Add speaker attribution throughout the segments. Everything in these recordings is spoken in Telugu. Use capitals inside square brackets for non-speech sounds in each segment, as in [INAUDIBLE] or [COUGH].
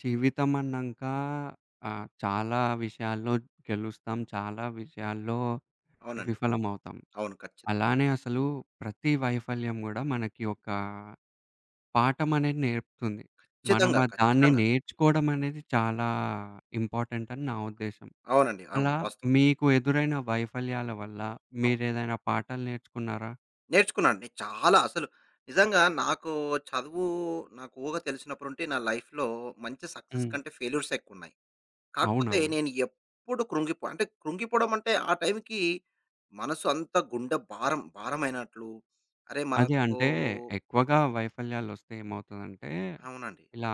Speaker 1: జీవితం అన్నాక చాలా విషయాల్లో గెలుస్తాం. చాలా విషయాల్లో
Speaker 2: అవునండి.
Speaker 1: విఫలమవుతాం.
Speaker 2: అవును.
Speaker 1: అలానే అసలు ప్రతి వైఫల్యం గూడా మనకి ఒక పాఠం అనేది నేర్పుతుంది. మనం
Speaker 2: ఖచ్చితంగా.
Speaker 1: ఆ దాన్ని
Speaker 2: ఖచ్చితంగా.
Speaker 1: నేర్చుకోవడం అనేది చాలా ఇంపార్టెంట్ అని నా ఉద్దేశ్యం.
Speaker 2: అవునండి. అవును.
Speaker 1: అలా
Speaker 2: వాస్తవం.
Speaker 1: మీకు ఎదురైన వైఫల్యాల వల్ల
Speaker 2: అవును.
Speaker 1: మీరేదైనా పాఠాలు నేర్చుకున్నారా?
Speaker 2: నేర్చుకున్నాను. నేను చాలా అసలు నిజంగా నాకు చదువు నాకు ఊహ తెలిసినప్పుడు ఉంటే నా లైఫ్‌లో మంచి సక్సెస్
Speaker 1: హ్మ్.
Speaker 2: కంటే ఫెయిల్యూర్సే ఎక్కువున్నాయి.
Speaker 1: అవునా?
Speaker 2: కాకపోతే నేను ఎప్పుడు కృంగిపోవడం అంటే ఆ టైంకి మనసు అంతా గుండె భారమైనట్లు అరే!
Speaker 1: అదే.
Speaker 2: మనకు
Speaker 1: అంటే ఎక్కువగా వైఫల్యాలొస్తే ఏమవుతదంటే,
Speaker 2: అవునండి.
Speaker 1: ఇలా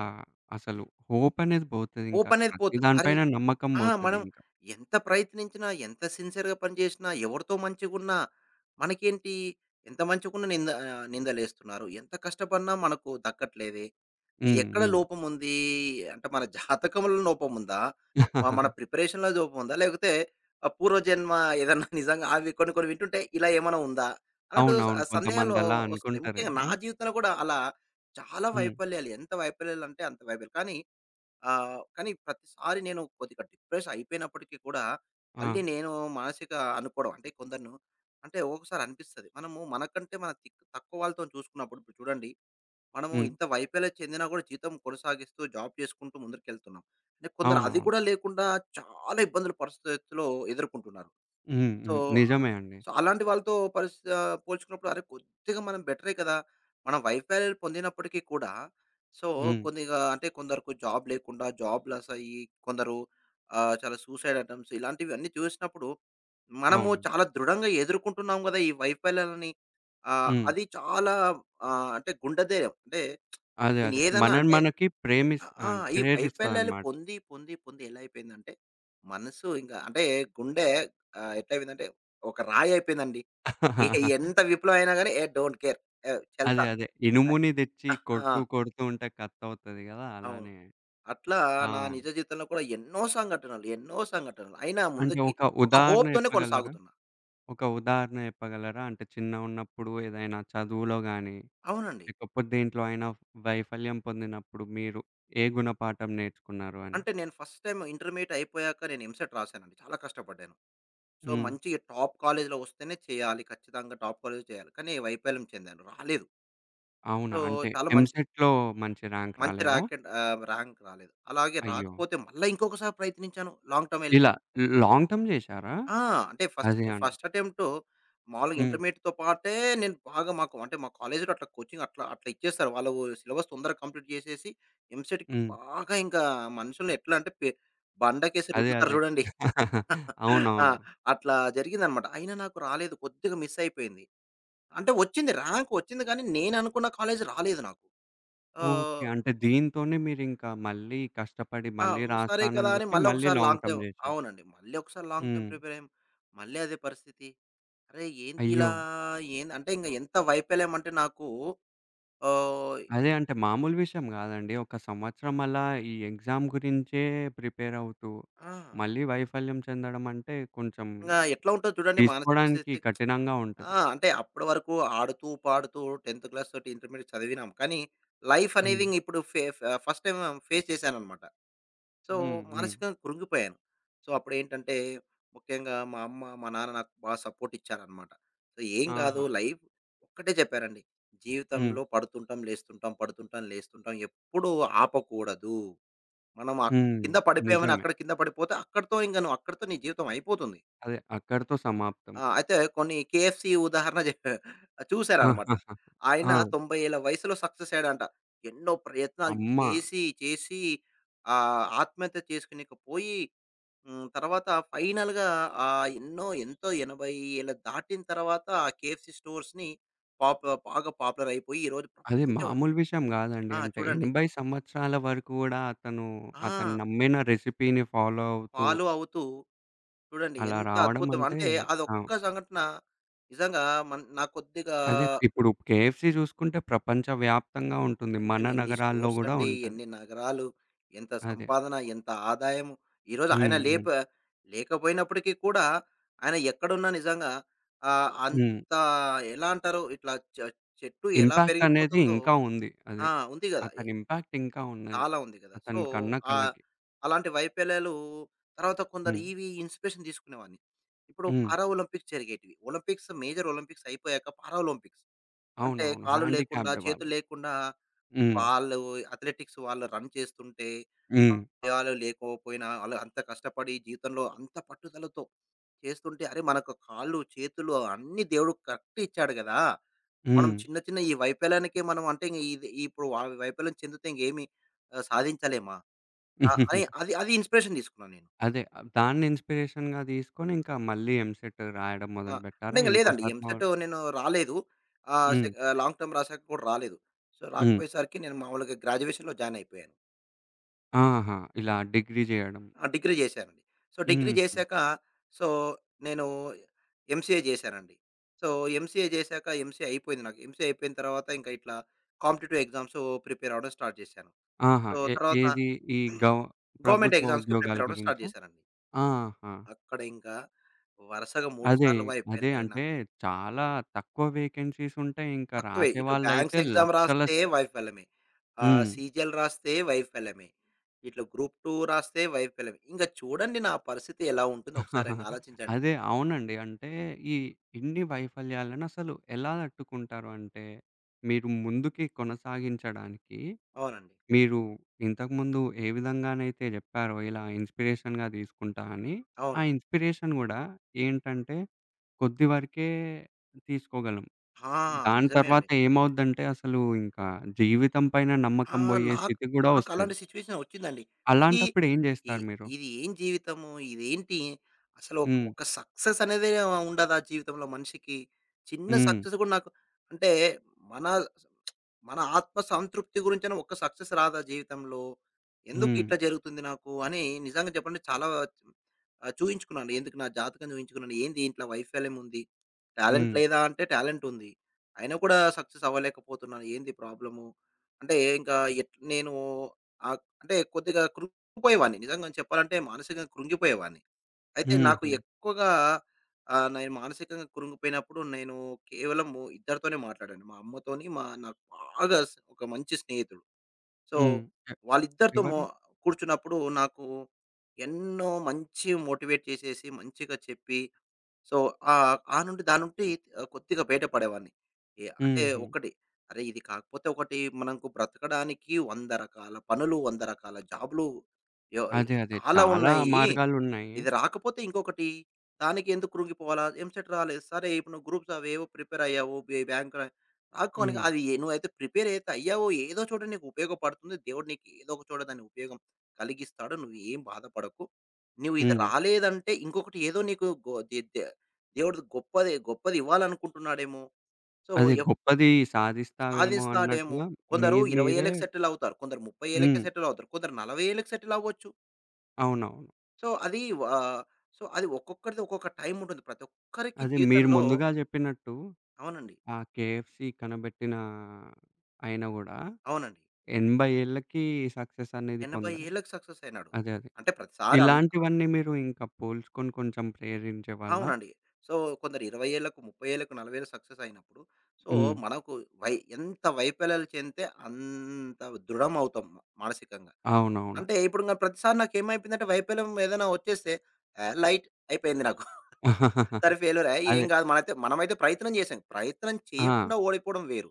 Speaker 1: అసలు హోప్ అనేది పోతదింకా.
Speaker 2: హోప్ అనేది
Speaker 1: ప్రతి
Speaker 2: పోతది.
Speaker 1: దాని
Speaker 2: అరే!
Speaker 1: పైన నమ్మకం
Speaker 2: ఆ! మనం
Speaker 1: పోతదింక.
Speaker 2: ఎంత ప్రయత్నించినా, ఎంత సిన్సియర్‌గా పనిచేసినా, ఎవరితో మంచిగున్నా, మనకేంటి ఎంత మంచిగున్నా నిందలేస్తున్నారు. ఎంత కష్టపడినా మనకు దక్కట్లేదే.
Speaker 1: హ్మ్.
Speaker 2: ఎక్కడ
Speaker 1: హ్మ్.
Speaker 2: లోపముంది? అంటే మన జాతకంలో లోపముందా? మన
Speaker 1: [LAUGHS]
Speaker 2: ప్రిపరేషన్‌లో లోపముందా? లేకపోతే పూర్వజన్మ ఏదన్నా [LAUGHS] నిజంగా అవి కొన్ని కొన్ని వింటుంటే ఇలా ఏమైనా ఉందా? అన్నట్టు
Speaker 1: అవునవును.
Speaker 2: సందేహాలు
Speaker 1: కొంతమంది అలా
Speaker 2: వస్తుంటాయి.
Speaker 1: అనుకుంటారు
Speaker 2: ముఖ్యంగా నా
Speaker 1: గదా!
Speaker 2: జీవితంలో కూడా అలా చాలా
Speaker 1: హ్మ్.
Speaker 2: వైఫల్యాలు. ఎంత వైఫల్యాలంటే అంత వైఫల్యాలు. కానీ కానీ ప్రతిసారి నేను కొద్దిగా డిప్రెస్ అయిపోయినప్పటికీ కూడా,
Speaker 1: ఆ!
Speaker 2: మళ్ళీ నేను మానసిక అనుకోవడం అంటే కొందరిని అంటే ఒక్కొక్కసారి అనిపిస్తది. మనము మనకంటే మన తక్కువ వాళ్ళతోని చూసుకున్నప్పుడు ఇప్పుడు చూడండి. మనము
Speaker 1: హ్మ్.
Speaker 2: ఇంత వైఫల్యం చెందినా కూడా జీవితం కొనసాగిస్తూ జాబ్ చేసుకుంటూ ముందుకెళ్తున్నాం. అంటే కొందరు అది
Speaker 1: అవునవును.
Speaker 2: కూడా లేకుండా చాలా ఇబ్బందుల పరిస్థితుల్లో ఎదుర్కొంటున్నారు.
Speaker 1: హ్మ్.
Speaker 2: సో,
Speaker 1: హ్మ్.
Speaker 2: ఆ-
Speaker 1: నిజమే అండి.
Speaker 2: సో, అలాంటి వాళ్ళతో పోల్చుకున్నప్పుడు అరే! కొద్దిగా మనం బెటరే కదా! మనం వైఫల్యాలు పొందినప్పటికీ కూడా, సో,
Speaker 1: హ్మ్.
Speaker 2: కొద్దిగా అంటే కొందరుకు జాబ్ లేకుండా, జాబ్ లాస్ అయ్యి, కొందరు చాలా సూసైడ్ అటెంప్ట్స్ ఇలాంటివన్నీ చూసినప్పుడు, మనము
Speaker 1: అవును.
Speaker 2: చాలా దృఢంగా ఎదుర్కొంటున్నాం గదా! ఈ వైఫల్యాలని.
Speaker 1: హ్మ్.
Speaker 2: అది చాలా అంటే గుండె ధైర్యం. అంటే
Speaker 1: అదే.
Speaker 2: నేను
Speaker 1: అదే.
Speaker 2: ఏదన్నా
Speaker 1: మనని
Speaker 2: అంటే
Speaker 1: మనకి
Speaker 2: ఆ! ఆ! ఈ వైఫల్యాలు
Speaker 1: ప్రేరిస్తదనమాట.
Speaker 2: పొంది ఎలా అయిపోయిందంటే, మనసు ఇంకా అంటే గుండె ఎట్లయిపోయిందంటే ఒక రాయి అయిపోయిందండి. ఏ
Speaker 1: [LAUGHS]
Speaker 2: ఎంత విప్లవం అయినా గాని, ఏ డోంట్ కేర్ ఏ చల్తా.
Speaker 1: అదే. అదే. ఇనుముని తెచ్చి
Speaker 2: ఆ!
Speaker 1: కొడుతూ కొడుతూ ఉంటే కత్తవుతది గదా!
Speaker 2: అవును.
Speaker 1: అలానే.
Speaker 2: అట్లా
Speaker 1: ఆ!
Speaker 2: నా నిజ జీవితంలో కూడా ఎన్నో సంఘటనలు, ఎన్నో సంఘటనలు. అయినా
Speaker 1: అంటే
Speaker 2: ముందుకి
Speaker 1: ఒక
Speaker 2: ఒక
Speaker 1: ఉదాహరణ
Speaker 2: హోప్‌తోనే
Speaker 1: చెప్పగలరా?
Speaker 2: కొనసాగుతున్నా.
Speaker 1: ఒక ఉదాహరణ చెప్పగలరా? అంటే చిన్నగున్నప్పుడు ఏదైనా చదువులో గాని,
Speaker 2: అవునండి.
Speaker 1: లేకపోతే దేంట్లో అయినా వైఫల్యం పొందినప్పుడు మీరు ఏ గుణపాఠం నేర్చుకున్నారు అని?
Speaker 2: అంటే నేను ఫస్ట్ టైమ్ ఇంటర్మీడియేట్ అయిపోయాక నేను ఎంసెట్ రాశానండి. చాలా కష్టపడ్డాను. సో,
Speaker 1: హ్మ్.
Speaker 2: మంచి టాప్ కాలేజ్‌లో వస్తేనే చేయాలి. ఖచ్చితంగా టాప్ కాలేజ్‌లో చేయాలి. కానీ వైఫల్యం చెందాను. రాలేదు.
Speaker 1: అవునా?
Speaker 2: సో,
Speaker 1: అంటే
Speaker 2: చాలా మంచి
Speaker 1: ఎంసెట్‌లో మంచి ర్యాంక్
Speaker 2: మంచి
Speaker 1: రాలేదా?
Speaker 2: ర్యాంక్ రాలేదు. అలాగే
Speaker 1: అయ్యో!
Speaker 2: రాకపోతే మళ్ళా ఇంకొకసారి ప్రయత్నించాను. లాంగ్ టర్మ్ ఎళ్లి.
Speaker 1: ఇలా లాంగ్ టర్మ్ చేశారా?
Speaker 2: ఆ! అంటే
Speaker 1: అదే అన్
Speaker 2: ఫస్ట్ అటెంప్ట్ మామూలుగా
Speaker 1: హ్మ్.
Speaker 2: ఇంటర్మీడియేట్‌తో పాటే నేను బాగా మాకు అంటే మా కాలేజ్‌లో అట్లా కోచింగ్ అట్లా అట్లా ఇచ్చేస్తారు. వాళ్ళు సిలబస్ తొందరగా కంప్లీట్ చేసేసి ఎంసెట్‌కి
Speaker 1: హ్మ్.
Speaker 2: బాగా ఇంకా మనుషుల్ని ఎట్లా అంటే బండకేసి
Speaker 1: అదే.
Speaker 2: రుద్దుతారు
Speaker 1: అదే.
Speaker 2: చూడండి. [LAUGHS] ఆ!
Speaker 1: అవునవును.
Speaker 2: అట్లా జరిగిందనమాట. అయినా నాకు రాలేదు. కొద్దిగా మిస్ అయిపోయింది. అంటే వచ్చింది ర్యాంక్ వచ్చింది కానీ నేను అనుకున్న కాలేజ్ రాలేదు నాకు.
Speaker 1: ఓకే.
Speaker 2: ఆహ్
Speaker 1: అంటే దీంతోనే మీరింకా మళ్ళీ కష్టపడి
Speaker 2: ఆ!
Speaker 1: మళ్ళీ
Speaker 2: సరే కదా!
Speaker 1: రాస్తానని
Speaker 2: అని
Speaker 1: చెప్పి మళ్ళీ
Speaker 2: మళ్ళొకసారి
Speaker 1: లాంగ్
Speaker 2: లాంగ్ టైమ్
Speaker 1: టర్మ్ చేశారు.
Speaker 2: అవునండి. మళ్ళీ ఒకసారి లాంగ్ టైమ్
Speaker 1: హ్మ్.
Speaker 2: ప్రిపేర్ అయ్యాం. మళ్ళీ అదే పరిస్థితి. అరే! ఏంటి ఇలా
Speaker 1: అయ్యో!
Speaker 2: ఏంది అంటే ఇంక ఎంత వైఫల్యం అంటే నాకు ఆహ్,
Speaker 1: అదే అంటే మామూలు విషయం గాదండి. ఒక సంవత్సరం అలా ఈ ఎగ్జామ్ గురించే ప్రిపేర్ అవుతూ,
Speaker 2: ఆ!
Speaker 1: మళ్ళీ వైఫల్యం చెందడం అంటే కొంచెం
Speaker 2: ఇంగ ఎట్లా ఉంటదో చూడండి మానసిక
Speaker 1: తీసుకోడానికి
Speaker 2: స్థితి.
Speaker 1: కఠినంగా ఉంటది.
Speaker 2: ఆ! అంటే అప్పటి వరకు ఆడుతూ, పాడుతూ 10థ్ క్లాస్ తోటి ఇంటర్మీడియేట్ చదివినాం. కానీ లైఫ్ అనేది
Speaker 1: హ్మ్.
Speaker 2: ఇంగిప్పుడు ఫే ఫ ఫస్ట్ టైమ్ ఫేస్ చేశాననమాట. So,
Speaker 1: hmm. హ్మ్.
Speaker 2: మానసికంగా కృంగిపోయాను. సో, అప్పుడేంటంటే, ముఖ్యంగా మా అమ్మ, మా నాన్న నాకు బాగా సపోర్ట్ ఇచ్చారనమాట. సో, ఏం కాదు
Speaker 1: ఆహా!
Speaker 2: లైఫ్ ఒక్కటే చెప్పారండి.
Speaker 1: హ్మ్.
Speaker 2: జీవితంలో పడుతుంటాం, లేస్తుంటాం, పడుతుంటాం, లేస్తుంటాం. ఎప్పుడూ ఆపకూడదు. మనం అ
Speaker 1: హ్మ్.
Speaker 2: కింద పడిపోయామని
Speaker 1: నిజమే.
Speaker 2: అక్కడ కింద పడిపోతే అక్కడితో ఇంక నువ్వు అక్కడితో నీ జీవితం అయిపోతుంది.
Speaker 1: అదే అక్కడితో సమాప్తం.
Speaker 2: ఆ! అయితే కొన్ని కేఎఫ్‌సీ ఉదాహరణ జెప్ చూసారనమాట.
Speaker 1: ఆహా!
Speaker 2: ఆయన
Speaker 1: ఆ!
Speaker 2: 90 ఏళ్ల వయసులో సక్సెస్ అయ్యాడంట. ఎన్నో ప్రయత్నాలు
Speaker 1: అమ్మ!
Speaker 2: చేసి, చేసి ఆత్మహత్య చేసుకునేకి పోయి హ్మ్. తర్వాత ఫైనల్‌గా ఆహ్, ఎన్నో ఎంతో 80 ఏళ్ల దాటిన తర్వాత ఆ కేఎఫ్‌సీ స్టోర్స్‌ని బాగా పాపులర్ అయిపోయి ఈరోజు
Speaker 1: అది
Speaker 2: ప్రపంచం
Speaker 1: మామూలు విషయం గాదండి.
Speaker 2: ఆ!
Speaker 1: అంటే
Speaker 2: చూడండి.
Speaker 1: 80 సంవత్సరాల వరకు గూడా అతను, అతను
Speaker 2: ఆ!
Speaker 1: నమ్మిన రెసిపీని ఫాలో అవుతూ
Speaker 2: ఫాలో అవుతూ చూడండి
Speaker 1: అలా
Speaker 2: ఎంత
Speaker 1: రావడం
Speaker 2: అద్భుతం.
Speaker 1: అంటే
Speaker 2: అంటే
Speaker 1: ఆ!
Speaker 2: అదొక్క సంఘటన నిజంగా నాకు కొద్దిగా
Speaker 1: అదే ఇప్పుడు కేఎఫ్‌సీ చూసుకుంటే ప్రపంచవ్యాప్తంగా ఉంటుంది. మన
Speaker 2: ప్రపంచం ఎన్ని
Speaker 1: నగరాల్లో
Speaker 2: స్టోర్స్
Speaker 1: గూడా
Speaker 2: అండి.
Speaker 1: ఉంటది.
Speaker 2: ఎన్ని నగరాలు. ఎంత
Speaker 1: అదే.
Speaker 2: సంపాదన. ఎంత ఆదాయం. ఈరోజు ఆయన
Speaker 1: హ్మ్. హ్మ్.
Speaker 2: లేకపోయినప్పటికీ కూడా ఆయన ఎక్కడున్నా నిజంగా అవును.
Speaker 1: హ్మ్.
Speaker 2: అంత ఎలా అంటారు ఇట్లా చెట్టు ఎలా
Speaker 1: ఇంపాక్ట్ అనేది
Speaker 2: పెరిగిపోతుందో
Speaker 1: ఇంకా ఉంది.
Speaker 2: ఆ!
Speaker 1: అదే.
Speaker 2: ఉంది గదా! ఎ
Speaker 1: అతని ఇంపాక్ట్ ఇంకా ఉన్నది.
Speaker 2: చాలా ఉంది గదా! సో,
Speaker 1: అతని కన్న
Speaker 2: ఆహ్,
Speaker 1: కళ్ళకి.
Speaker 2: అలాంటి వైఫల్యాలు తర్వాత కొందరు
Speaker 1: హ్మ్.
Speaker 2: ఇవి ఇన్స్పిరేషన్ తీసుకునేవాడిని. ఇప్పుడు
Speaker 1: హ్మ్.
Speaker 2: పారా ఒలింపిక్స్ జరిగేటివి. ఒలింపిక్స్ మేజర్ ఒలింపిక్స్ అయిపోయాక పారా ఒలింపిక్స్ అంటే
Speaker 1: అవునవును.
Speaker 2: కాళ్ళు లేకుండా,
Speaker 1: హ్యాండీక్యాప్డ్
Speaker 2: చేతులు
Speaker 1: వాళ్ళకి.
Speaker 2: లేకుండా
Speaker 1: హ్మ్.
Speaker 2: వాళ్ళు అథ్లెటిక్స్ వాళ్ళు రన్ చేస్తుంటే, ఆ
Speaker 1: హ్మ్.
Speaker 2: ఆయాలు లేకపోయినా ఆళ్ళు అంత కష్టపడి జీవితంలో అంత పట్టుదలతో చేస్తుంటే, అరే! మనకు కాళ్ళు, చేతులు అన్నీ దేవుడు కరెక్ట్ ఇచ్చాడు గదా! మనం
Speaker 1: హ్మ్.
Speaker 2: చిన్న ఈ వైఫల్యానికే మనం అంటే ఇంగ ఇది ఇప్పుడు వైఫల్యం చెందితే ఇంగేమి సాధించలేమా? ఆ! అని
Speaker 1: [LAUGHS]
Speaker 2: అది అది ఇన్స్పిరేషన్ తీసుకున్నాను నేను.
Speaker 1: అదే. దాన్ని ఇన్‌స్పిరేషన్‌గా తీసుకొని ఇంకా మళ్ళీ ఎంసెట్ రాయడం
Speaker 2: ఆ! అంటే
Speaker 1: మొదలుపెట్టారా?
Speaker 2: ఇంక లేదండి.
Speaker 1: ఇంకోసారి మ
Speaker 2: ఎంసెట్ నేను రాలేదు. ఆహ్, సె
Speaker 1: హ్మ్.
Speaker 2: లాంగ్ టర్మ్ రాసాక కూడా రాలేదు. సో,
Speaker 1: హ్మ్.
Speaker 2: రాకపోయేసరికి నేను మామూలుగా గ్రాడ్యుయేషన్‌లో జాయిన్ అయిపోయాను.
Speaker 1: ఆహా! ఇలా డిగ్రీ జేయడం.
Speaker 2: ఆ! డిగ్రీ చేశానండి. సో, డిగ్రీ
Speaker 1: హుహు.
Speaker 2: చేశాక సో, నేను ఎంసీఏ చేశానండి. సో, ఎంసీఏ చేశాక ఎంసీఏ అయిపోయింది నాకు. ఎంసీఏ అయిపోయిన తర్వాత ఇంకా ఇట్లా కాంపిటీటివ్ ఎగ్జామ్స్ ప్రిపేర్ అవ్వడం స్టార్ట్ చేశాను.
Speaker 1: ఆహా!
Speaker 2: సో,
Speaker 1: ఏ
Speaker 2: తర్వాత
Speaker 1: ఏది ఈ గవ్
Speaker 2: గవర్నమెంట్
Speaker 1: ప్రభుత్వ
Speaker 2: ఎగ్జామ్స్‌కి
Speaker 1: ఉద్యోగాల
Speaker 2: ప్రిపేర్ అవ్వడం స్టార్ట్
Speaker 1: గురించా?
Speaker 2: చేశానండి.
Speaker 1: ఆహా!
Speaker 2: అక్కడ ఇంకా వరుసగా 3
Speaker 1: అదే.
Speaker 2: సార్లు
Speaker 1: అదే.
Speaker 2: వైఫల్యాలే
Speaker 1: అంటే
Speaker 2: నాకు.
Speaker 1: చాలా తక్కువ వేకెన్సీస్ ఉంటాయి. ఇంకా
Speaker 2: తక్కువే ఇటు బ్యాంక్స్
Speaker 1: రాసేవాళ్ళైతే
Speaker 2: ఎగ్జామ్
Speaker 1: లక్షల
Speaker 2: రాస్తే వైఫల్యమే.
Speaker 1: హ్మ్.
Speaker 2: సీజీఎల్ రాస్తే వైఫల్యమే. ఇట్లా గ్రూప్ 2 రాస్తే వైఫల్యమే. ఇంక చూడండి నా పరిస్థితి ఎలా ఉంటుందో ఒకసారి ఇంగ
Speaker 1: [LAUGHS]
Speaker 2: ఆలోచించండి.
Speaker 1: అదే. అవునండి. అంటే ఈ ఇన్ని వైఫల్యాలను అసలు ఎలా తట్టుకుంటారు? అంటే మీరు ముందుకి కొనసాగించడానికి
Speaker 2: అవునండి.
Speaker 1: మీరు ఇంతకుముందు ఏ విధంగానైతే జెప్పారో ఇలా ఇన్‌స్పిరేషన్‌గా తీసుకుంటా అని, ఆ
Speaker 2: అవును.
Speaker 1: ఇన్‌స్పిరేషన్ గూడా ఏంటంటే కొద్ది వరకే తీసుకోగలం.
Speaker 2: ఆ!
Speaker 1: దాని
Speaker 2: నిజమే
Speaker 1: తర్వాత
Speaker 2: అండి.
Speaker 1: ఏమవుద్దంటే అసలు ఇంకా జీవితం పైన
Speaker 2: ఆ!
Speaker 1: నమ్మకం బోయే
Speaker 2: నాకు
Speaker 1: స్థితి గూడా వస్తది.
Speaker 2: నాకలాంటి సిట్యుయేషన్ వచ్చిందండి. ఈ
Speaker 1: అలాంటప్పుడు ఏం
Speaker 2: ఈ
Speaker 1: జేస్తారు మీరు?
Speaker 2: ఇది ఏం జీవితము? ఇదేంటి? అసలు ఒక
Speaker 1: హ్మ్.
Speaker 2: ఒక సక్సెస్ అనేదే ఉండదా జీవితంలో మనిషికి? చిన్న
Speaker 1: హ్మ్.
Speaker 2: సక్సెస్ కూడా నాకు అంటే మన మన ఆత్మ సంతృప్తి గురించైనా ఒక్క సక్సెస్ రాదా జీవితంలో? ఎందుకు
Speaker 1: హ్మ్.
Speaker 2: ఇట్లా జరుగుతుంది నాకు? అని నిజంగా చెప్పండి చాలా చూయించుకున్నాను. ఎందుకు నా జాతకం చూయించుకున్నాను. ఏంది ఇంట్లో వైఫల్యం ఉంది. టాలెంట్
Speaker 1: హ్మ్.
Speaker 2: లేదా అంటే టాలెంట్ ఉంది. అయినా కూడా సక్సెస్ అవ్వలేకపోతున్నాను. ఏంది ప్రాబ్లము? అంటే ఇంకా ఎట్ నేను అంటే కొద్దిగా కృంగిపోయేవాడిని. నిజంగా చెప్పాలంటే మానసికంగా కృంగిపోయేవాడిని. అయితే నాకు
Speaker 1: హుహు.
Speaker 2: ఎక్కువగా నేను మానసికంగా కృంగిపోయినప్పుడు నేను కేవలము ఇద్దరితోనే మాట్లాడాను. మా అమ్మతోని, మా నాకు బాగా స్ ఒక మంచి స్నేహితుడు. సో,
Speaker 1: హ్మ్. ఎ
Speaker 2: వాళ్ళిద్దరితో మో
Speaker 1: ఎవరు?
Speaker 2: కూర్చున్నప్పుడు నాకు ఎన్నో మంచి మోటివేట్ చేసేసి, మంచిగా చెప్పి సో, ఆహ్, ఆ నుండి దాని నుండి కొద్దిగా బయటపడేవాడిని. ఎ అంటే
Speaker 1: హుహు.
Speaker 2: ఒకటి అరే! ఇది కాకపోతే ఒకటి మనకు బ్రతకడానికి 100 రకాల పనులు, 100 రకాల జాబ్‌లు యో
Speaker 1: అదే. అదే.
Speaker 2: చాలా
Speaker 1: చాలా
Speaker 2: ఉన్నాయి.
Speaker 1: మార్గాలున్నాయి.
Speaker 2: ఇది రాకపోతే ఇంకొకటి. దానికి ఎందుకు కృంగిపోవాలా? ఎంసెట్ రాలేదు. సరే ఇప్పుడు నువ్వు గ్రూప్స్ అవేవో ప్రిపేర్ అయ్యావు. బ్యాంక్ రాకోని
Speaker 1: హ్మ్.
Speaker 2: అది ఎ నువ్వైతే ప్రిపేర్ అయితే అయ్యావో ఏదో చోట నీకు ఉపయోగపడుతుంది. దేవుడు నీకు ఏదో ఒక చోట దాని ఉపయోగం కలిగిస్తాడు. నువ్వు ఏం బాధపడకు. నువ్వు ఇది
Speaker 1: హ్మ్.
Speaker 2: రాలేదంటే ఇంకొకటి ఏదో నీకు గొ దె దె దేవుడు గొప్పది గొప్పది ఇవ్వాలనుకుంటున్నాడేమో. సో,
Speaker 1: అదే
Speaker 2: ఎప్
Speaker 1: గొప్పది సాధిస్తావేమో
Speaker 2: సాధిస్తాడేమో.
Speaker 1: అన్నట్టుగా
Speaker 2: కొందరు
Speaker 1: మీరు
Speaker 2: 20
Speaker 1: మీరే
Speaker 2: ఏళ్ళకి సెటిల్ అవుతారు. కొందరు 30 ఏళ్ళకే
Speaker 1: హ్మ్.
Speaker 2: సెటిల్ అవుతారు. కొందరు 40 ఏళ్ళకి సెటిల్ అవ్వచ్చు.
Speaker 1: అవునవును.
Speaker 2: సో, అది వా సో, అది ఒక్కొక్కరిది ఒక్కొక్క టైముంటుంది. ప్రతి ఒక్కరికి
Speaker 1: అదే మీరు
Speaker 2: జీవితంలో
Speaker 1: ముందుగా జెప్పినట్టు
Speaker 2: అవునండి.
Speaker 1: ఆ కేఎఫ్‌సి కనబెట్టిన ఆయన గూడా
Speaker 2: అవునండి.
Speaker 1: 80 ఏళ్ళకి సక్సెస్ అనేది
Speaker 2: 80
Speaker 1: పొందారు.
Speaker 2: ఏళ్ళకి సక్సెస్ అయినాడు.
Speaker 1: అదే. అదే.
Speaker 2: అంటే ప్రతిసారి
Speaker 1: ఇలాంటివన్నీ మీరు ఇంకా పోల్చుకొని కొంచెం ప్రేరించేవాళ్ళా?
Speaker 2: అవునండి. సో, కొందరు 20 ఏళ్ళకు, 30 ఏళ్ళకు, 40 ఏళ్ళకి సక్సెస్ అయినప్పుడు, సో,
Speaker 1: హ్మ్.
Speaker 2: మనకు ఎంత వైఫల్యాలు చెందితే అంత దృఢమవుతాం మానసికంగా.
Speaker 1: అవునవును.
Speaker 2: అంటే ఇప్పుడింక ప్రతిసారి నాకేమైపోయిందంటే వైఫల్యం ఏదైనా వచ్చేస్తే, యాహ్! లైట్ అయిపోయింది నాకు. సరే ఫెయిల్యూరే ఏం
Speaker 1: అదే.
Speaker 2: గాదు. మనమైతే ప్రయత్నం జేశాం. ప్రయత్నం
Speaker 1: ఆ!
Speaker 2: చేయకుండా ఓడిపోవడం వేరు.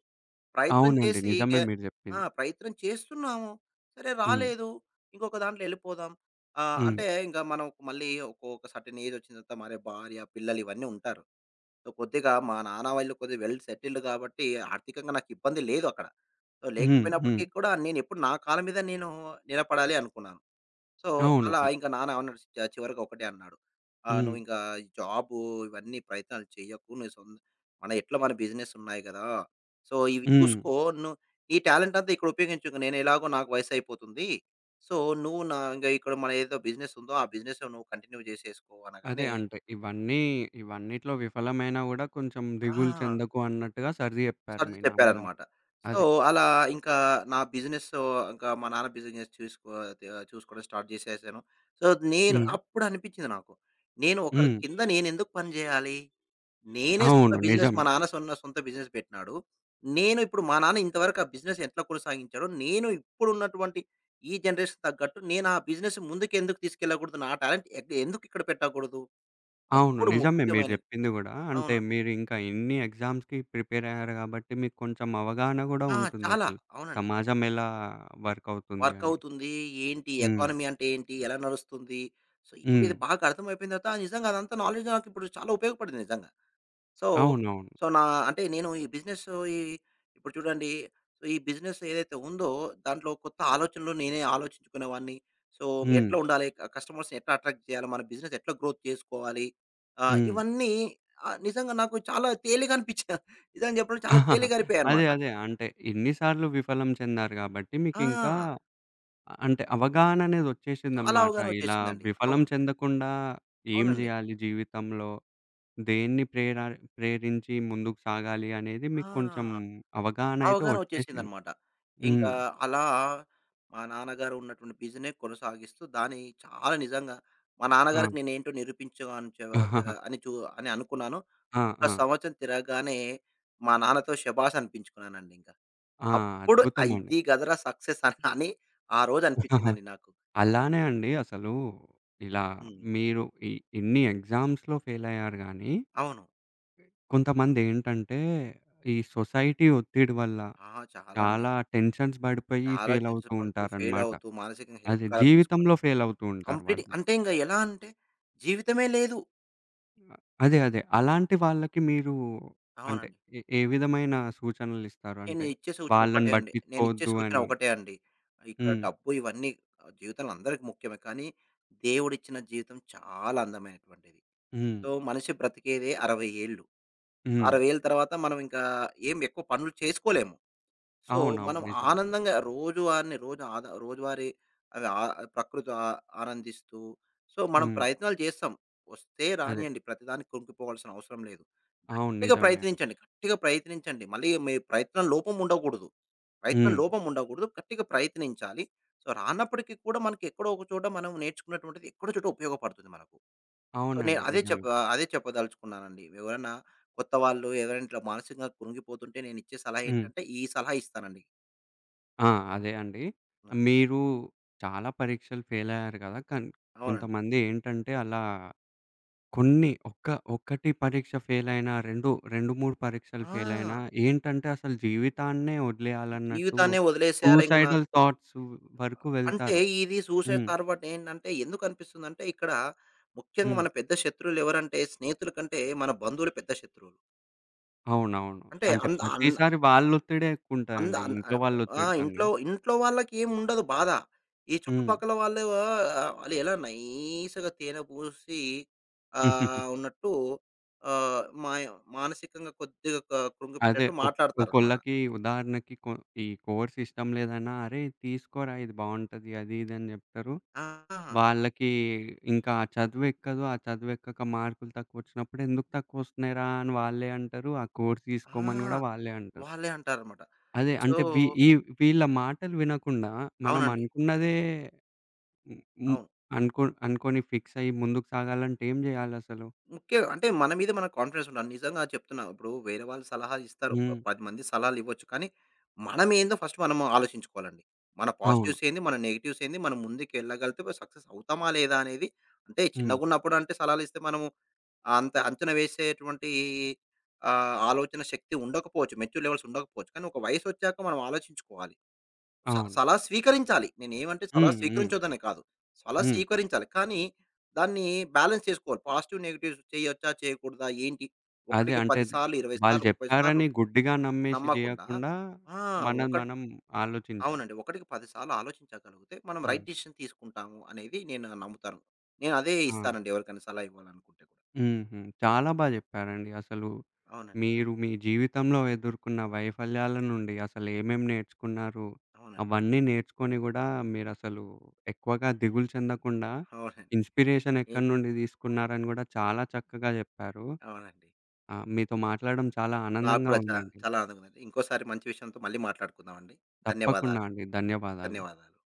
Speaker 2: ప్రయత్నం
Speaker 1: అవునండి.
Speaker 2: చేసి ఇగ
Speaker 1: నిజమే మీరు
Speaker 2: ఆ!
Speaker 1: జెప్పింది.
Speaker 2: ప్రయత్నం చేస్తున్నాము. సరే
Speaker 1: హ్మ్.
Speaker 2: రాలేదు. ఇంకొక దాంట్లో ఎళ్ళిపోదాం.
Speaker 1: హ్మ్.
Speaker 2: అంటే ఇంక మనం మళ్ళీ ఒక ఒక సర్టెన్ ఏజ్ వచ్చిన తర్వాత మరి భార్య, పిల్లలు ఇవన్నీ ఉంటారు. సో, కొద్దిగా మా నాన్న వాళ్ళు కొద్దిగా వెల్ సెటిల్డ్ కాబట్టి ఆర్థికంగా నాకు ఇబ్బంది లేదు అక్కడ. So,
Speaker 1: hmm. హ్మ్.
Speaker 2: లేకపోయినప్పటికీ కూడా నేనెప్పుడు నా కాళ్ళ మీద నేను నిలబడాలి అనుకున్నాను. సో,
Speaker 1: అవును.
Speaker 2: అలా
Speaker 1: అ
Speaker 2: ఇంకా నాన్న ఏమన్నాడు చివరికి ఒకటే అన్నాడు.
Speaker 1: హ్మ్.
Speaker 2: "నువ్వింకా ఈ జాబు ఇవన్నీ ప్రయత్నాలు చెయ్యకు. నువ్వు మన ఎట్లా మన బిజినెసున్నాయి గదా! సో, ఇవి
Speaker 1: హ్మ్.
Speaker 2: చూసుకో. నువ్వు నీ టాలెంటంతా ఇక్కడ ఉపయోగించకు. నేనెలాగో నాకు వయసయిపోతుంది. సో, నువ్వు నా ఇంగ ఇక్కడ మన ఏదో బిజినెసుందో, ఆ బిజినెస్ నువ్వు కంటిన్యూ జేసేసుకో"
Speaker 1: అదే.
Speaker 2: అనగానే
Speaker 1: అంటే ఇవన్నీ, ఇవన్నిట్లో విఫలమైనా గూడా కొంచెం దిగులు
Speaker 2: ఆ!
Speaker 1: చెందకు అన్నట్టుగా సర్ది చెప్పారు
Speaker 2: సర్ది
Speaker 1: మీ నాన్నగారు.
Speaker 2: చెప్పారనమాట. సో,
Speaker 1: అదే.
Speaker 2: అలా ఇంకా నా బిజినెస్ ఇంకా మా నాన్న బిజినెస్ చూసుకో చూసుకోవడం స్టార్ట్ చేసేసాను. సో, నేను
Speaker 1: హ్మ్.
Speaker 2: అప్పుడు అనిపించింది నాకు. నేను ఒకరి
Speaker 1: హ్మ్.
Speaker 2: కింద నేనెందుకు పని చేయాలి? నేనే సొంత
Speaker 1: అవును.
Speaker 2: బిజినెస్ మా
Speaker 1: నిజమే.
Speaker 2: నాన్న సొంత బిజినెస్ పెట్టినాడు. నేను ఇప్పుడు మా నాన్న ఇంతవరకు ఆ బిజినెస్ ఎట్లా కొనసాగించాడో, నేను ఇప్పుడున్నటువంటి ఈ జనరేషన్ తగ్గట్టు నేను ఆ బిజినెస్ ముందుకెందుకు తీసుకెళ్ళకూడదు? నా టాలెంట్ ఎందుకు ఇక్కడ పెట్టకూడదు?
Speaker 1: అవును.
Speaker 2: అప్పుడు
Speaker 1: నిజమే మీరు
Speaker 2: ముఖ్యమైనది.
Speaker 1: జెప్పింది గూడా. అంటే
Speaker 2: అవునండి.
Speaker 1: మీరింకా ఇన్ని ఎగ్జామ్స్‌కి ప్రిపేర్ అయ్యారు గాబట్టి మీకు కొంచెం అవగాహన గూడా
Speaker 2: ఆ! చాలా.
Speaker 1: ఉంటుందసలు.
Speaker 2: అవునండి.
Speaker 1: సమాజం ఎలా వర్క్ అవుతుంది
Speaker 2: వర్క్
Speaker 1: అని.
Speaker 2: అవుతుంది. ఏంటి?
Speaker 1: హ్మ్.
Speaker 2: ఎకానమీ అంటే ఏంటి? ఎలా నడుస్తుంది? సో, ఏంటి
Speaker 1: హ్మ్.
Speaker 2: ఇది బాగా అర్థమైపోయిన తర్వాత ఆ నిజంగా అదంతా నాలెడ్జ్ నాకిప్పుడు చాలా ఉపయోగపడింది నిజంగా. సో,
Speaker 1: అవునవును.
Speaker 2: సో, నా అంటే నేను ఈ బిజినెస్ ఈ ఇప్పుడు చూడండి సో, ఈ బిజినెస్ ఏదైతే ఉందో దాంట్లో కొత్త ఆలోచనలు నేనే ఆలోచించుకునేవాడిని. సో,
Speaker 1: హ్మ్.
Speaker 2: ఎట్లా ఉండాలి? కస్టమర్స్‌ని ఎట్లా అట్రాక్ట్ చేయాలి? మన బిజినెస్ ఎట్లా గ్రోత్ చేసుకోవాలి? ఆహ్,
Speaker 1: హ్మ్.
Speaker 2: ఇవన్నీ నిజంగా నాకు చాలా తేలిగా అనిపించా నిజంగా చెప్పాలంటే చాలా తేలిగా
Speaker 1: [LAUGHS] అదే.
Speaker 2: అయిపోయానమాట.
Speaker 1: అదే. అంటే ఇన్ని సార్లు విఫలం చెందారు గాబట్టి మీకింకా
Speaker 2: ఆ!
Speaker 1: అంటే
Speaker 2: చాలా
Speaker 1: అవగాహననేదొచ్చేసిందనమాట.
Speaker 2: అవగాహన
Speaker 1: ఇలా
Speaker 2: వచ్చేసిందండి.
Speaker 1: విఫలం
Speaker 2: అవును.
Speaker 1: చెందకుండా ఏం
Speaker 2: అవునండి.
Speaker 1: జేయాలి జీవితంలో? దేన్ని ప్రేర ప్రేరించి ముందుకు సాగాలి అనేది మీకు కొంచెం
Speaker 2: ఆ!
Speaker 1: అవగాహన అయితే వచ్చేసింది.
Speaker 2: అవగాహనొచ్చేసిందనమాట.
Speaker 1: హ్మ్.
Speaker 2: ఇంకా అలా మా నాన్నగారు ఉన్నటువంటి కొనసాగిస్తూ దాన్ని చాలా నిజంగా మా
Speaker 1: ఆ!
Speaker 2: నాన్నగారికి నేనేంటో నిరూపించగాను చ చ
Speaker 1: [LAUGHS]
Speaker 2: అని అని అనుకున్నాను.
Speaker 1: ఆ!
Speaker 2: ఒక్క
Speaker 1: ఆ!
Speaker 2: సంవత్సరం తిరగగానే మా నాన్నతో శభాష్ అనిపించుకున్నానండి ఇంక.
Speaker 1: ఆ!
Speaker 2: అప్పుడు ఆ
Speaker 1: అద్భుతమండి.
Speaker 2: ఇది గదరా సక్సెస్ అని అని ఆ రోజు
Speaker 1: [LAUGHS]
Speaker 2: అనిపించిందండి నాకు.
Speaker 1: అలానే అండి అసలు ఇలా
Speaker 2: హ్మ్.
Speaker 1: మీరు ఇన్ని ఎగ్జామ్స్‌లో ఫెయిలయ్యారు గానీ,
Speaker 2: అవును.
Speaker 1: కొంతమందేంటంటే ఈ సొసైటీ ఒత్తిడి వల్ల
Speaker 2: ఆ! చాలా అండి.
Speaker 1: చాలా టెన్షన్స్ బడిపోయి
Speaker 2: చాలా చెల్స్
Speaker 1: ఫెయిలవుతూ
Speaker 2: పడుతూ, ఫెయిల్
Speaker 1: ఉంటారనమాట.
Speaker 2: అవుతూ, మానసికంగా హెల్త్
Speaker 1: అదే.
Speaker 2: ఖరాబ్ చేసుకొని
Speaker 1: జీవితంలో ఫెయిలవుతూ ఉంటారు
Speaker 2: కంప్లీట్
Speaker 1: వాళ్ళు.
Speaker 2: అంటే ఇంక ఎలా అంటే జీవితమే లేదు.
Speaker 1: అదే. అదే. అలాంటి వాళ్ళకి మీరు అంటే
Speaker 2: అవునండి.
Speaker 1: ఏ ఏ విధమైన సూచనలిస్తారు?
Speaker 2: నేను
Speaker 1: అంటే
Speaker 2: ఇచ్చే సూచన
Speaker 1: వాళ్ళని
Speaker 2: ఒకటే అండి. నేనిచ్చే
Speaker 1: పట్టించుకోవద్దు
Speaker 2: సూచన
Speaker 1: అని.
Speaker 2: ఒకటే అండి. ఇక్కడ
Speaker 1: హ్మ్.
Speaker 2: డబ్బు ఇవన్నీ జీవితంలో అందరికి ముఖ్యమే. కానీ దేవుడిచ్చిన జీవితం చాలా అందమైనటువంటిది.
Speaker 1: హ్మ్.
Speaker 2: సో, మనిషి బ్రతికేదే 60 ఏళ్ళు.
Speaker 1: హ్మ్.
Speaker 2: 60 ఏళ్ళ తర్వాత మనం ఇంకా ఏం ఎక్కువ పనులు చేసుకోలేము. సో,
Speaker 1: అవునవును.
Speaker 2: మనం
Speaker 1: నిజమే.
Speaker 2: ఆనందంగా రోజువారిని రోజు ఆద రోజువారీ అవి ఆ ప్రకృతి ఆ ఆనందిస్తూ సో, మనం
Speaker 1: హ్మ్.
Speaker 2: ప్రయత్నాలు చేస్తాం. వస్తే
Speaker 1: అదే.
Speaker 2: రానియండి. ప్రతిదానికి కుంగిపోవాల్సిన అవసరం లేదు.
Speaker 1: అవును.
Speaker 2: గట్టిగా
Speaker 1: నిజమే అండి.
Speaker 2: ప్రయత్నించండి. గట్టిగా ప్రయత్నించండి. మళ్ళీ మీ ప్రయత్నం లోపం ఉండకూడదు. ప్రయత్నం
Speaker 1: హ్మ్.
Speaker 2: లోపం ఉండకూడదు. గట్టిగా ప్రయత్నించాలి. సో, రానప్పటికి కూడా మనకి ఎక్కడో ఒక చోట మనం నేర్చుకున్నటువంటిది ఎక్కడో చోట ఉపయోగపడుతుంది మనకు. సో, నేను
Speaker 1: అవునండి.
Speaker 2: అదే
Speaker 1: నిజమే.
Speaker 2: చెప్ప అదే చెప్పదలుచుకున్నానండి. ఎవరైనా కొత్త వాళ్ళు ఎవరైనా ఇట్లా మానసికంగా కృంగిపోతుంటే నేనిచ్చే సలహా
Speaker 1: హ్మ్.
Speaker 2: ఏంటంటే ఈ సలహా ఇస్తానండి.
Speaker 1: ఆ! అదే అండి.
Speaker 2: ఆ!
Speaker 1: మీరు చాలా పరీక్షలు ఫెయిలయ్యారు కదా!
Speaker 2: అవునండి.
Speaker 1: కొంతమంది ఏంటంటే అలా కొన్ని ఒక్కటి పరీక్ష ఫెయిలయినా, 2, 3 పరీక్షలు ఫెయిలయినా
Speaker 2: ఆ!
Speaker 1: ఏంటంటే అసలు జీవితాన్నే వదిలేయాలన్నట్టు
Speaker 2: జీవితాన్నే వదిలేసేయాలి ఇంక నా
Speaker 1: సూసైడల్ థాట్స్ వరకు
Speaker 2: అంటే
Speaker 1: వెళ్తారు.
Speaker 2: ఇది సూసైడ్
Speaker 1: హ్మ్.
Speaker 2: థాట్ ఏంటంటే ఎందుకు అనిపిస్తుందంటే ఇక్కడ ముఖ్యంగా
Speaker 1: హ్మ్.
Speaker 2: మన పెద్ద శత్రువులు ఎవరంటే స్నేహితుల కంటే మన బంధువులు పెద్ద శత్రువులు.
Speaker 1: అవునవును.
Speaker 2: అంటే
Speaker 1: అంటే
Speaker 2: అంద అన్
Speaker 1: ప్రతిసారి వాళ్ళొత్తిడే
Speaker 2: అంద
Speaker 1: ఎక్కువుంటదండి.
Speaker 2: అన్
Speaker 1: ఇంట్లో
Speaker 2: ఆహ్, ఆ!
Speaker 1: వాళ్ళొత్తిడి కన్నా.
Speaker 2: ఇంట్లో ఇంట్లో వాళ్ళకేముండదు బాధ. ఈ
Speaker 1: హ్మ్.
Speaker 2: చుట్టుపక్కల వాళ్ళు వాళ్ళు ఎలా నైస్‌గా తేనె పూసి
Speaker 1: [LAUGHS]
Speaker 2: ఉన్నట్టు ఆహ్, మాయ మానసికంగా కొద్దిగా
Speaker 1: అదే
Speaker 2: కృంగిపెట్టేట్టు
Speaker 1: ఒ
Speaker 2: మాట్లాడతారనమాట.
Speaker 1: ఒకొళ్ళకి ఉదాహరణకి, ఈ కోర్స్ ఇష్టం లేదన్నా, "అరేయ్! తీసుకోరా ఇది బావుంటది" అది ఇది అని జెప్తారు.
Speaker 2: ఆ!
Speaker 1: వాళ్ళకి ఇంకా ఆ చదువెక్కదు. ఆ చదువెక్కక మార్కులు తక్కువొచ్చినప్పుడు, "ఎందుకు తక్కువొస్తున్నాయిరా" అని వాళ్ళే అంటారు. ఆ కోర్స్
Speaker 2: ఆ!
Speaker 1: తీసుకోమని గూడా వాళ్ళే అంటారు.
Speaker 2: వాళ్ళే అంటారనమాట.
Speaker 1: అదే
Speaker 2: సో
Speaker 1: అంటే వీ ఈ వీళ్ళ మాటలు వినకుండా మనం
Speaker 2: అవునండి.
Speaker 1: అనుకున్నదే హ్మ్. హ్మ్.
Speaker 2: అవును.
Speaker 1: అనుకోని ఫిక్స్ అయ్యి ముందుకు సాగాలంటే ఏం జేయాలసలు?
Speaker 2: ముఖ్య అంటే మన మీద మనకు కాన్ఫిడెన్స్ ఉండాలి. నిజంగా చెప్తున్నా. ఇప్పుడు వేరే వాళ్ళు సలహా ఇస్తారు.
Speaker 1: హ్మ్.
Speaker 2: 10 మంది సలహాలు ఇవ్వచ్చు. కానీ మనం ఏందో ఫస్ట్ మనం ఆలోచించుకోవాలండి. మన
Speaker 1: అవును.
Speaker 2: పాజిటివ్స్ ఏంది? మన నెగెటివ్స్ ఏంది? మనం ముందుకెళ్ళగలిగితే సక్సెస్ అవుతామా? లేదా? అనేది అంటే
Speaker 1: హ్మ్.
Speaker 2: చిన్నగున్నప్పుడు అంటే సలహాలు ఇస్తే మనము అంత అంచనా వేసేటువంటి ఆలోచన శక్తి ఉండకపోవచ్చు. మెచ్యూర్ లెవెల్స్ ఉండకపోవచ్చు. కానీ ఒక వయసొచ్చాక మనం ఆలోచించుకోవాలి.
Speaker 1: అవును.
Speaker 2: సలహా స్వీకరించాలి. నేనేమంటే సలహా
Speaker 1: హ్మ్. హ్మ్.
Speaker 2: స్వీకరించొద్దనే కాదు. సలహా
Speaker 1: హ్మ్.
Speaker 2: స్వీకరించాలి. కానీ దాన్ని బ్యాలెన్స్ చేసుకోవాలి. పాజిటివ్, నెగెటివ్స్ చేయొచ్చా? చేయకూడదా? ఏంటి?
Speaker 1: అదే
Speaker 2: ఒకటికి
Speaker 1: అంటే
Speaker 2: 10
Speaker 1: ద
Speaker 2: సార్లు, 20
Speaker 1: వాళ్ళు
Speaker 2: సార్లు, 30 సార్లు
Speaker 1: జెప్పారని గుడ్డిగా నమ్మేసి
Speaker 2: నమ్మకుండా
Speaker 1: జేయకుండా,
Speaker 2: ఆ!
Speaker 1: మనది
Speaker 2: ఒకటి
Speaker 1: మనం ఆలోచించాలి.
Speaker 2: అవునండి. ఒకటికి 10 సార్లు ఆలోచించగలిగితే మనం
Speaker 1: హ్మ్.
Speaker 2: రైట్ డెసిషన్ తీసుకుంటాము అనేది నేను నమ్ముతాను. నేనదే
Speaker 1: ఆ!
Speaker 2: ఇస్తానండి ఎవరికైనా సలహా ఇవ్వాలనుకుంటే కూడా.
Speaker 1: హుహు. చాలా జెప్పారండి. అసలు
Speaker 2: అవునండి.
Speaker 1: మీరు మీ జీవితంలో ఎదుర్కొన్న వైఫల్యాల నుండి అసలేమేం నేర్చుకున్నారు?
Speaker 2: అవునండి.
Speaker 1: అవన్నీ నేర్చుకొని గూడా మీరసలు ఎక్కువగా దిగులు చెందకుండా
Speaker 2: అవునండి.
Speaker 1: ఇన్‌స్పిరేషన్
Speaker 2: ఎ
Speaker 1: ఎక్కడి నుండి తీసుకున్నారని గూడా చాలా చక్కగా జెప్పారు.
Speaker 2: అవునండి.
Speaker 1: మీతో మాట్లాడడం చాలా
Speaker 2: నాకు
Speaker 1: ఆనందంగా
Speaker 2: కూడా
Speaker 1: ఉందండి.
Speaker 2: చాలా ఆనందంగా ఉందండి. ఇంకోసారి మంచి విషయంతో మళ్ళీ మాట్లాడుకుందామండి.
Speaker 1: తప్పకుండా
Speaker 2: ధన్యవాదాలు.
Speaker 1: అండి. ధన్యవాదాలు.
Speaker 2: ధన్యవాదాలు.